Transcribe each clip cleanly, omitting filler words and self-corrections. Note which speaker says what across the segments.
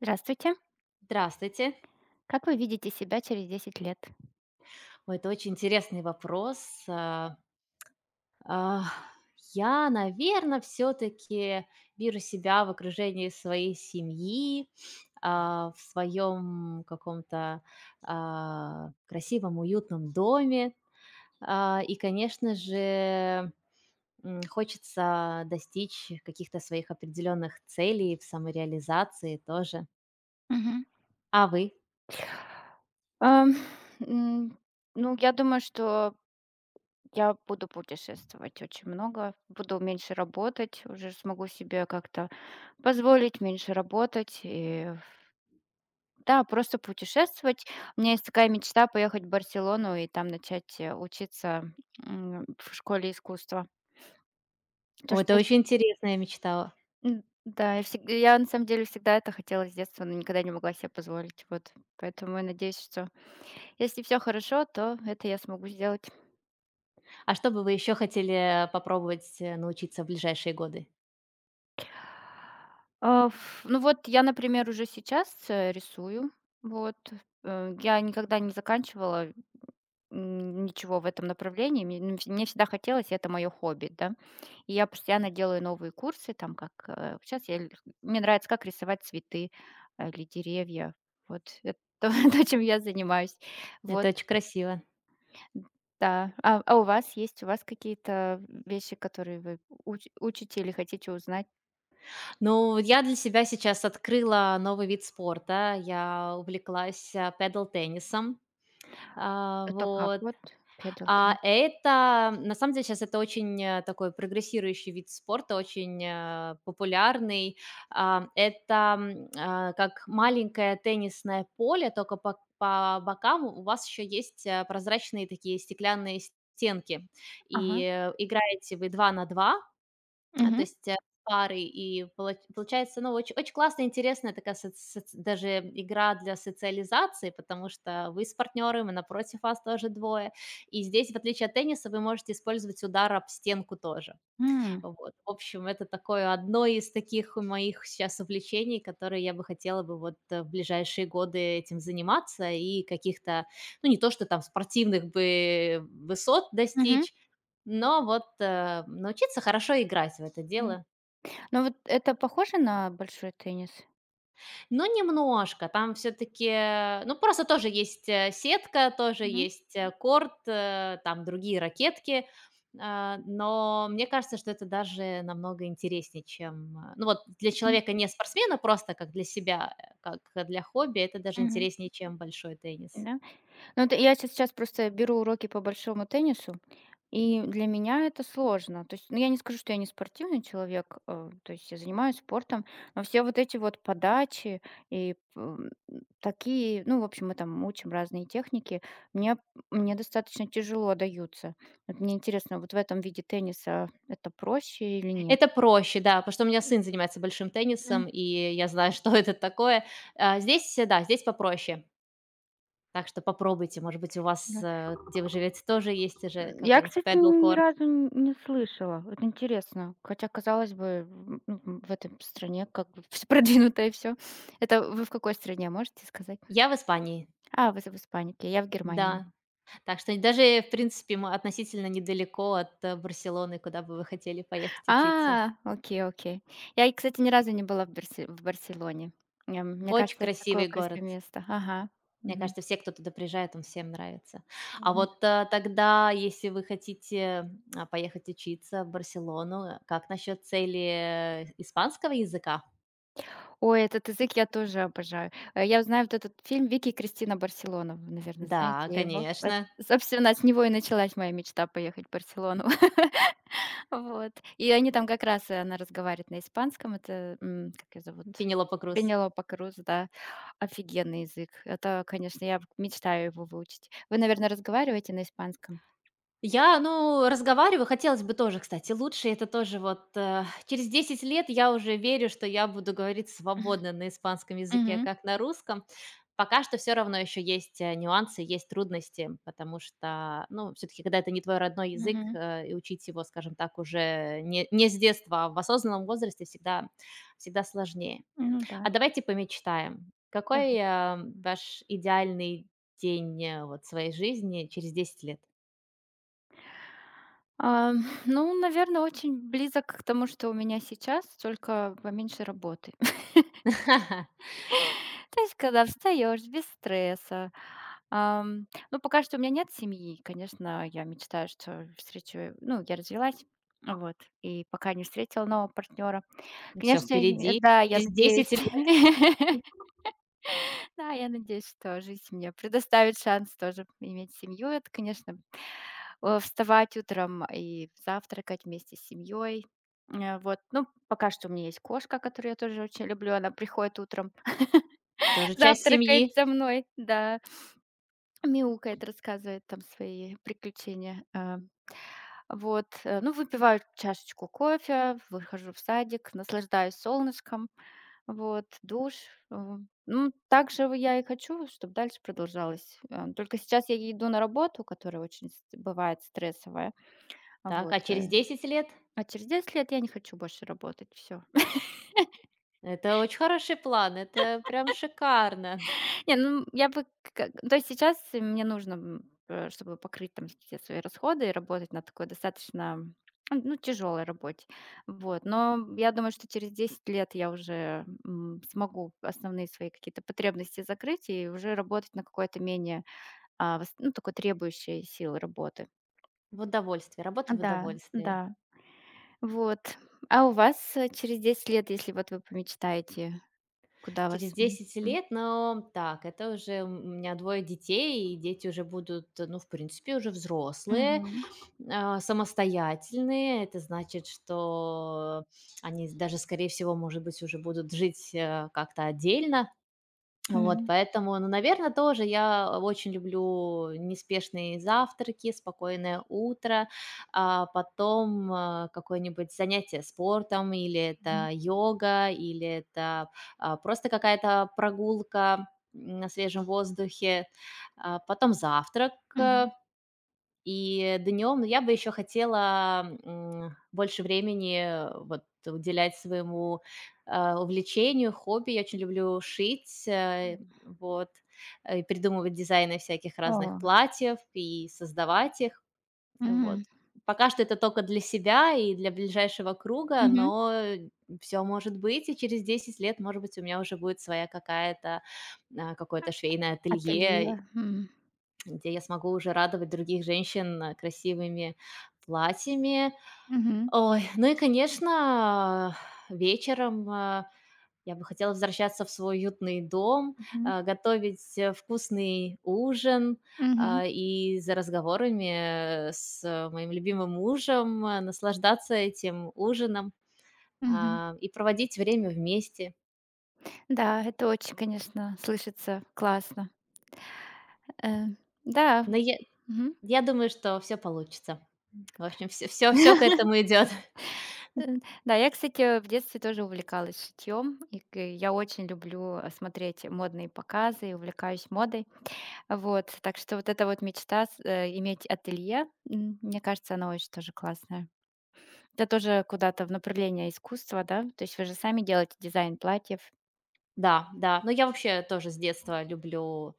Speaker 1: Здравствуйте.
Speaker 2: Здравствуйте.
Speaker 1: Как вы видите себя через 10 лет?
Speaker 2: Ой, это очень интересный вопрос. А, я, наверное, все-таки вижу себя в окружении своей семьи, в своем каком-то, красивом, уютном доме. И, конечно же, хочется достичь каких-то своих определенных целей в самореализации тоже.
Speaker 1: Мгм.
Speaker 2: А вы?
Speaker 1: Ам, м, ну, я думаю, что я буду путешествовать очень много, буду меньше работать, уже смогу себе как-то позволить меньше работать. И, да, просто путешествовать. У меня есть такая мечта поехать в Барселону и там начать учиться в школе искусства. То,
Speaker 2: О,
Speaker 1: что
Speaker 2: это
Speaker 1: я с-
Speaker 2: очень интересная мечта.
Speaker 1: м, да, я на самом деле всегда это хотела с детства, но никогда не могла себе позволить. Вот. Поэтому я надеюсь, что если все хорошо, то это я смогу сделать.
Speaker 2: А что бы вы еще хотели попробовать, научиться в ближайшие годы?
Speaker 1: А, ф Ну вот я, например, уже сейчас, рисую. Вот, я никогда не заканчивала, ничего в этом направлении. Мне всегда хотелось, и это мое хобби, да. И я постоянно делаю новые курсы, там как, сейчас я ль мне нравится, как рисовать цветы, или деревья. Вот это то, чем я занимаюсь.
Speaker 2: Это
Speaker 1: Вот,
Speaker 2: очень красиво.
Speaker 1: да. А у вас какие-то вещи, которые вы уч учите или хотите узнать?
Speaker 2: Ну, вот я для себя сейчас открыла новый вид спорта. Я увлеклась педал теннисом. А,
Speaker 1: Это как
Speaker 2: вот,
Speaker 1: вот? Pedal tennis.
Speaker 2: Это, на самом деле, сейчас это очень, такой прогрессирующий вид спорта, очень, популярный. Как маленькое теннисное поле, только по бокам у вас еще есть, прозрачные такие стеклянные стенки. И
Speaker 1: Ага.
Speaker 2: играете вы 2 на 2. То
Speaker 1: Мгм.
Speaker 2: есть, пары и поло получается, ну, очень очень классная, интересная такая соц даже игра для социализации, потому что вы с партнером, и напротив вас тоже двое. И здесь, в отличие от тенниса, вы можете использовать удар об стенку тоже.
Speaker 1: М.
Speaker 2: Вот. В общем, это такое одно из таких моих сейчас увлечений, которые я бы хотела бы вот в ближайшие годы этим заниматься и каких-то, ну, не то, что там спортивных бы высот
Speaker 1: Мгм.
Speaker 2: достичь, но вот научиться хорошо играть в это
Speaker 1: М.
Speaker 2: дело.
Speaker 1: Ну вот это похоже на большой теннис?
Speaker 2: Ну, немножко. Там все таки, ну, просто тоже есть, сетка, тоже
Speaker 1: Мгм.
Speaker 2: есть, корт, там другие ракетки. А, но мне кажется, что это даже намного интереснее, чем, ну, вот для
Speaker 1: Мгм.
Speaker 2: человека не спортсмена, а просто как для себя, как для хобби, это даже
Speaker 1: Мгм.
Speaker 2: интереснее, чем большой теннис.
Speaker 1: Да? Ну, это я сейчас просто беру уроки по большому теннису, и для меня это сложно. То есть, ну, я не скажу, что я не спортивный человек, то есть я занимаюсь спортом, но все вот эти вот подачи и такие, ну, в общем, мы там учим разные техники, мне, мне достаточно тяжело даются. Вот мне интересно, вот в этом виде тенниса это проще или нет?
Speaker 2: Это проще, да, потому что у меня сын занимается большим
Speaker 1: Мгм.
Speaker 2: теннисом, и я знаю, что это такое. А здесь, да, здесь попроще. Так что попробуйте, может быть, у вас, где вы живете, тоже есть уже
Speaker 1: Я,
Speaker 2: какой-нибудь
Speaker 1: кстати, ни
Speaker 2: пэдл-корт.
Speaker 1: разу н не слышала. Это интересно. Хотя, казалось бы, ну, в этой стране как бы все продвинуто и все. Это вы в какой стране, можете сказать?
Speaker 2: Я в Испании,
Speaker 1: Вы в Испании, окей, я в Германии.
Speaker 2: да. Так что даже, в принципе, мы относительно недалеко от, Барселоны, куда бы вы хотели поехать учиться.
Speaker 1: Окей, окей. Я, кстати, ни разу не была в Барсе в Барселоне. Мне
Speaker 2: Очень
Speaker 1: кажется, это такое
Speaker 2: красивый
Speaker 1: красивое
Speaker 2: город.
Speaker 1: место. Ага.
Speaker 2: Мне
Speaker 1: Мгм.
Speaker 2: кажется, все, кто туда приезжает, он всем нравится. А
Speaker 1: Мгм.
Speaker 2: вот, тогда, если вы хотите, поехать учиться в Барселону, как насчет цели, испанского языка?
Speaker 1: Ой, этот язык я тоже обожаю. Я знаю вот этот фильм "Вики и Кристина Барселона". Вы, наверное,
Speaker 2: Да,
Speaker 1: знаете его. Эт
Speaker 2: конечно.
Speaker 1: Собственно, с него и началась моя мечта поехать в Барселону. Вот. И они там как раз, она разговаривает на испанском. Это, как ее зовут?
Speaker 2: Пенелопа Крус.
Speaker 1: Пенелопа Круз, да. Офигенный язык. Это, конечно, я мечтаю его выучить. Вы, наверное, разговариваете на испанском?
Speaker 2: Я, ну, разговариваю, хотелось бы тоже, кстати, лучше. Это тоже вот через 10 лет я уже верю, что я буду говорить свободно на испанском языке,
Speaker 1: Мгм.
Speaker 2: как на русском. Пока что все равно еще есть нюансы, есть трудности, потому что, ну, все-таки, когда это не твой родной язык,
Speaker 1: Мгм.
Speaker 2: и учить его, скажем так, уже не с детства, а в осознанном возрасте всегда, всегда сложнее.
Speaker 1: Ну
Speaker 2: А
Speaker 1: да.
Speaker 2: давайте помечтаем.
Speaker 1: Да.
Speaker 2: Какой ваш идеальный день, вот, своей жизни через 10 лет?
Speaker 1: А, ну, наверное, очень близок к тому, что у меня сейчас, только поменьше работы. То есть, когда встаешь без стресса. Ну, пока что у меня нет семьи. Конечно, я мечтаю, что встречу ну, я развелась, вот, и пока не встретила нового партнера.
Speaker 2: Все
Speaker 1: Конечно, и
Speaker 2: впереди.
Speaker 1: да, я
Speaker 2: Через
Speaker 1: надеюсь.
Speaker 2: 10 лет
Speaker 1: Да, я надеюсь, что жизнь мне предоставит шанс тоже иметь семью. Это, конечно, вставать утром и завтракать вместе с семьей. Вот, ну, пока что у меня есть кошка, которую я тоже очень люблю. Она приходит утром,
Speaker 2: тоже часть
Speaker 1: завтракает
Speaker 2: семьи.
Speaker 1: со мной, да, мяукает, рассказывает там свои приключения. Вот, ну, выпиваю чашечку кофе, выхожу в садик, наслаждаюсь солнышком, вот, душ. э, Ну, так же я и хочу, чтобы дальше продолжалось. Только сейчас я иду на работу, которая очень бывает стрессовая.
Speaker 2: Так, а
Speaker 1: Вот,
Speaker 2: через 10 лет?
Speaker 1: А через 10 лет я не хочу больше работать, все.
Speaker 2: Это очень хороший план, это прям шикарно.
Speaker 1: Не, ну, я бы как то есть сейчас мне нужно, чтобы покрыть там все свои расходы и работать на такой достаточно, ну, тяжелой работе. Вот, но я думаю, что через 10 лет я уже, смогу основные свои какие-то потребности закрыть и уже работать на какой-то менее, а, вос ну, такой требующей силы работы.
Speaker 2: В удовольствие, работа в
Speaker 1: Да,
Speaker 2: удовольствие.
Speaker 1: да. Вот. А у вас, через 10 лет, если вот вы помечтаете, куда вас
Speaker 2: Через десять
Speaker 1: м?
Speaker 2: лет, но так, это уже у меня двое детей, и дети уже будут, ну, в принципе, уже взрослые,
Speaker 1: Мгм.
Speaker 2: самостоятельные. Это значит, что они даже, скорее всего, может быть, уже будут жить, как-то отдельно. Вот,
Speaker 1: М,
Speaker 2: поэтому, ну, наверное, тоже я очень люблю неспешные завтраки, спокойное утро, а потом какое-нибудь занятие спортом, или
Speaker 1: мгм,
Speaker 2: это йога, или это просто какая-то прогулка на свежем воздухе, потом завтрак, и днем, ну, я бы еще хотела, больше времени вот уделять своему, увлечению, хобби. Я очень люблю шить,
Speaker 1: мгм.
Speaker 2: вот, и придумывать дизайны всяких разных
Speaker 1: О,
Speaker 2: платьев и создавать их. Вот.
Speaker 1: м,
Speaker 2: Пока что это только для себя и для ближайшего круга,
Speaker 1: мгм.
Speaker 2: но все может быть, и через 10 лет, может быть, у меня уже будет своя какая-то, какое-то швейное
Speaker 1: Ателье,
Speaker 2: ателье,
Speaker 1: м,
Speaker 2: где я смогу уже радовать других женщин, красивыми платьями.
Speaker 1: мгм,
Speaker 2: Ой, ну и, конечно, вечером, я бы хотела возвращаться в свой уютный дом,
Speaker 1: мгм,
Speaker 2: готовить, вкусный ужин,
Speaker 1: мгм,
Speaker 2: и за разговорами, с моим любимым мужем, наслаждаться этим ужином,
Speaker 1: мгм.
Speaker 2: и проводить время вместе.
Speaker 1: Да, это очень, конечно, слышится классно. Э, да,
Speaker 2: Но я
Speaker 1: мгм.
Speaker 2: я думаю, что все получится. В общем, все, все, все к этому идет.
Speaker 1: Э, да, я, кстати, в детстве тоже увлекалась шитьем, и к я очень люблю, смотреть модные показы и увлекаюсь модой. Вот, так что вот эта вот мечта иметь ателье, мне кажется, она очень тоже классная. Это тоже куда-то в направление искусства, да? То есть вы же сами делаете дизайн платьев?
Speaker 2: Да, да. Но я вообще тоже с детства люблю,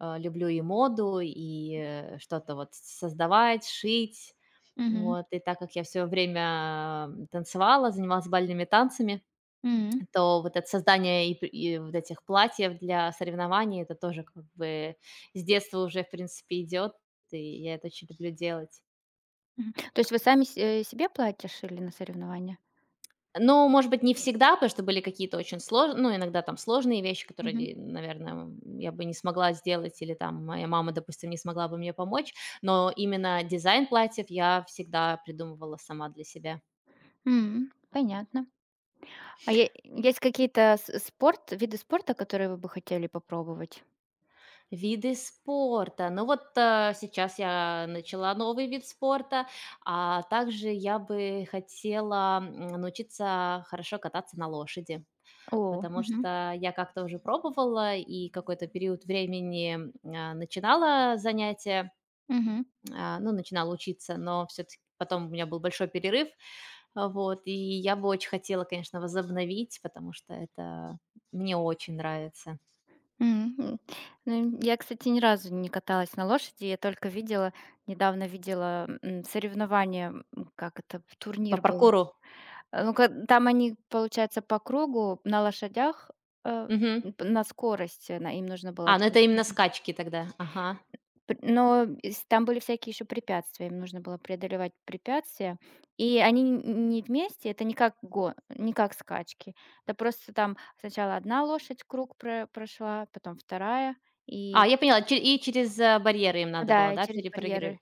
Speaker 2: э, люблю и моду, и, что-то вот создавать, шить.
Speaker 1: Мгм.
Speaker 2: Вот. И так как я все время, танцевала, занималась бальными танцами,
Speaker 1: М.
Speaker 2: то вот это создание и вот этих платьев для соревнований — это тоже как бы с детства уже, в принципе, идет, и я это очень люблю делать.
Speaker 1: Мгм. То есть вы сами себе платишь или на соревнования?
Speaker 2: Но, может быть, не всегда, потому что были какие-то очень сложные, ну, иногда там сложные вещи,
Speaker 1: Мгм.
Speaker 2: которые, наверное, я бы не смогла сделать, или там моя мама, допустим, не смогла бы мне помочь. Но именно дизайн платьев я всегда придумывала сама для себя.
Speaker 1: М. Понятно. А е есть какие-то с спорт виды спорта, которые вы бы хотели попробовать?
Speaker 2: Виды спорта. Ну вот сейчас я начала новый вид спорта, а также я бы хотела научиться хорошо кататься на лошади.
Speaker 1: О.
Speaker 2: Потому
Speaker 1: Мгм.
Speaker 2: что я как-то уже пробовала и какой-то период времени, начинала занятия,
Speaker 1: Мгм.
Speaker 2: ну, начинала учиться, но все таки потом у меня был большой перерыв. И я бы очень хотела, конечно, возобновить, потому что это мне очень нравится.
Speaker 1: М. М. Ну, я, кстати, ни разу не каталась на лошади. Я только видела Недавно видела, соревнования, как это,
Speaker 2: По
Speaker 1: турнир был.
Speaker 2: паркуру.
Speaker 1: Ну, ка там они, получается, по кругу на лошадях, э,
Speaker 2: Мгм.
Speaker 1: н п на скорости, на им нужно было
Speaker 2: А, ну
Speaker 1: через
Speaker 2: это именно скачки тогда. Ага.
Speaker 1: пр но с там были всякие еще препятствия, им нужно было преодолевать препятствия. И они н не вместе, это не как го не как скачки. Это просто там сначала одна лошадь круг прошла, потом вторая,
Speaker 2: А,
Speaker 1: и
Speaker 2: я поняла, че и через, барьеры им надо
Speaker 1: да,
Speaker 2: было,
Speaker 1: и
Speaker 2: да,
Speaker 1: через барьеры.
Speaker 2: перепрыгивать?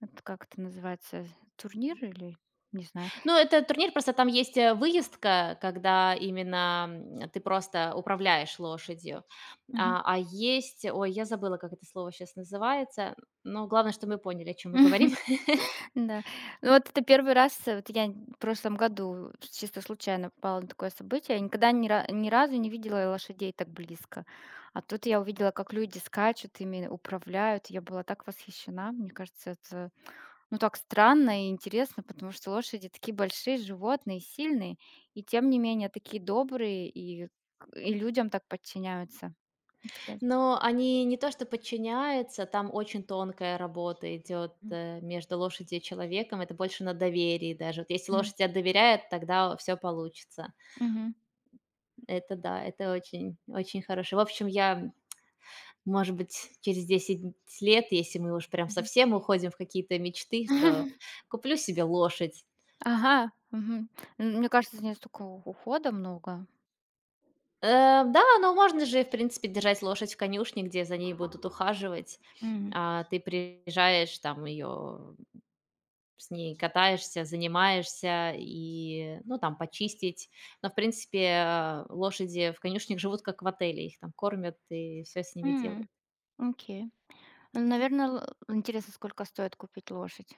Speaker 1: Это как это называется? Турнир или не знаю.
Speaker 2: Ну, это турнир, просто там есть, выездка, когда именно, ты просто управляешь лошадью.
Speaker 1: Мгм.
Speaker 2: А есть, ой, я забыла, как это слово сейчас называется, но главное, что мы поняли, о чем мы говорим.
Speaker 1: Да. Ну, вот это первый раз, вот я в прошлом году чисто случайно попала на такое событие. Я никогда ни разу не видела лошадей так близко. А тут я увидела, как люди скачут, ими управляют. Я была так восхищена. Мне кажется, это, ну, так странно и интересно, потому что лошади такие большие животные, сильные, и тем не менее такие добрые, и людям так подчиняются. Ну, такая.
Speaker 2: Но они не то что подчиняются, там очень тонкая работа идет
Speaker 1: М.
Speaker 2: между лошадью и человеком. Это больше на доверии даже. Вот если
Speaker 1: Мгм.
Speaker 2: лошадь тебе доверяет, тогда все получится.
Speaker 1: Мгм.
Speaker 2: Это да, это очень очень хорошо. В общем, я Может быть, через 10 лет, если мы уж прям
Speaker 1: Мгм.
Speaker 2: совсем уходим в какие-то мечты, то куплю себе лошадь.
Speaker 1: Ага, мгм. М, мне кажется, здесь ней столько у ухода много.
Speaker 2: Да, но можно же, в принципе, держать лошадь в конюшне, где за ней будут ухаживать.
Speaker 1: М,
Speaker 2: А ты приезжаешь, там ее с ней катаешься, занимаешься и, ну, там почистить. Но, в принципе, лошади в конюшнях живут как в отеле, их там кормят и все с ними
Speaker 1: м,
Speaker 2: делают.
Speaker 1: окей. Наверное, интересно, сколько стоит купить лошадь.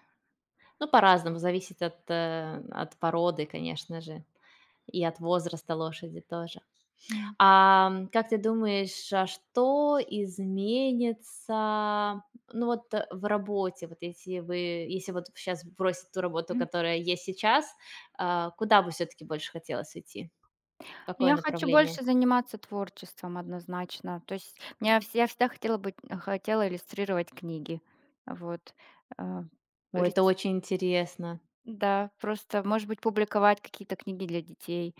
Speaker 2: Ну, по-разному, зависит от породы, конечно же. И от возраста лошади тоже.
Speaker 1: М.
Speaker 2: Как ты думаешь, а что изменится, ну, вот, в работе? Вот если вы если вот сейчас бросить ту работу,
Speaker 1: Мгм.
Speaker 2: которая есть сейчас, куда бы все таки больше хотелось уйти?
Speaker 1: Ну,
Speaker 2: Какое
Speaker 1: я хочу
Speaker 2: направление?
Speaker 1: больше заниматься творчеством однозначно. То есть меня вс я всегда хотела иллюстрировать книги. Вот, а,
Speaker 2: О,
Speaker 1: рис
Speaker 2: это очень интересно.
Speaker 1: да, просто, может быть, публиковать какие-то книги для детей.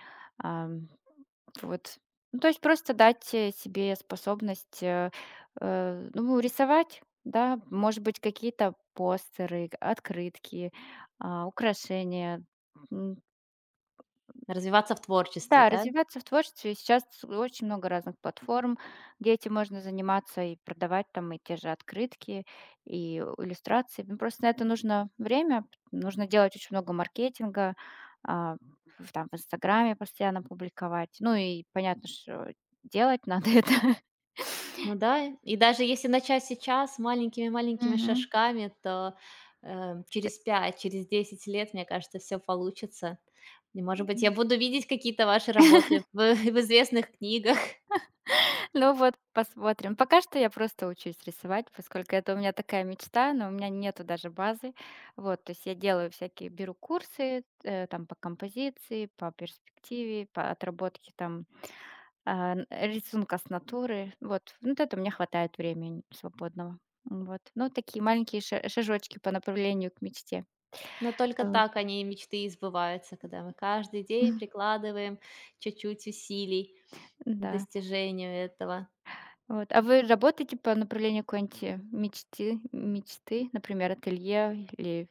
Speaker 1: Вот. Ну, то есть просто дать, себе способность, ну, рисовать, да, может быть, какие-то постеры, открытки, украшения.
Speaker 2: Развиваться в творчестве,
Speaker 1: Да,
Speaker 2: да?
Speaker 1: развиваться в творчестве. Сейчас очень много разных платформ, где этим можно заниматься и продавать там и те же открытки, и иллюстрации. Ну, просто на это нужно время, нужно делать очень много маркетинга, а, в там в "Инстаграме" постоянно публиковать. Ну и понятно, что делать надо это.
Speaker 2: Ну да, и даже если начать сейчас маленькими-маленькими
Speaker 1: Мгм.
Speaker 2: шажками, то, через 5, через 10 лет, мне кажется, все получится. И, может
Speaker 1: Т
Speaker 2: быть, я буду видеть какие-то ваши работы в в известных книгах.
Speaker 1: Ну вот, посмотрим. Пока что я просто учусь рисовать, поскольку это у меня такая мечта, но у меня нету даже базы. Вот, то есть я делаю всякие, беру курсы, там по композиции, по перспективе, по отработке рисунка с натуры. Вот, вот это у меня хватает времени свободного. Вот, ну такие маленькие шажочки по направлению к мечте.
Speaker 2: Но только
Speaker 1: Вот.
Speaker 2: так они, мечты, и сбываются, когда мы каждый день прикладываем чуть-чуть усилий к
Speaker 1: Да.
Speaker 2: достижению этого.
Speaker 1: Вот. А вы работаете по направлению какой-нибудь мечты, мечты, например, ателье или...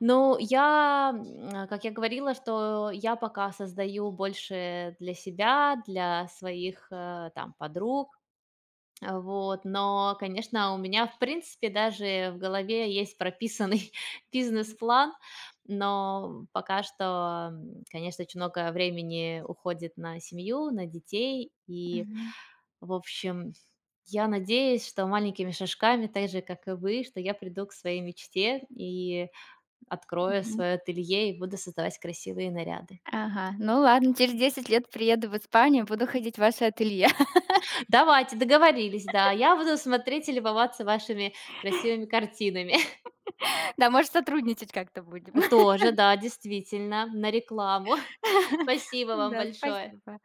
Speaker 2: Ну, я, как я говорила, что я пока создаю больше для себя, для своих, там подруг. Но, конечно, у меня, в принципе, даже в голове есть прописанный бизнес-план, но пока что, конечно, очень много времени уходит на семью, на детей. И,
Speaker 1: Мгм.
Speaker 2: в общем, я надеюсь, что маленькими шажками, так же, как и вы, что я приду к своей мечте и открою
Speaker 1: Мгм.
Speaker 2: свое ателье и буду создавать красивые наряды.
Speaker 1: Ага. Ну ладно, через 10 лет приеду в Испанию, буду ходить в ваше ателье.
Speaker 2: Давайте, договорились, да. Я буду смотреть и любоваться вашими красивыми картинами.
Speaker 1: Да, может, сотрудничать как-то будем.
Speaker 2: Тоже, да, действительно, на рекламу. Спасибо вам
Speaker 1: Да,
Speaker 2: большое.
Speaker 1: спасибо.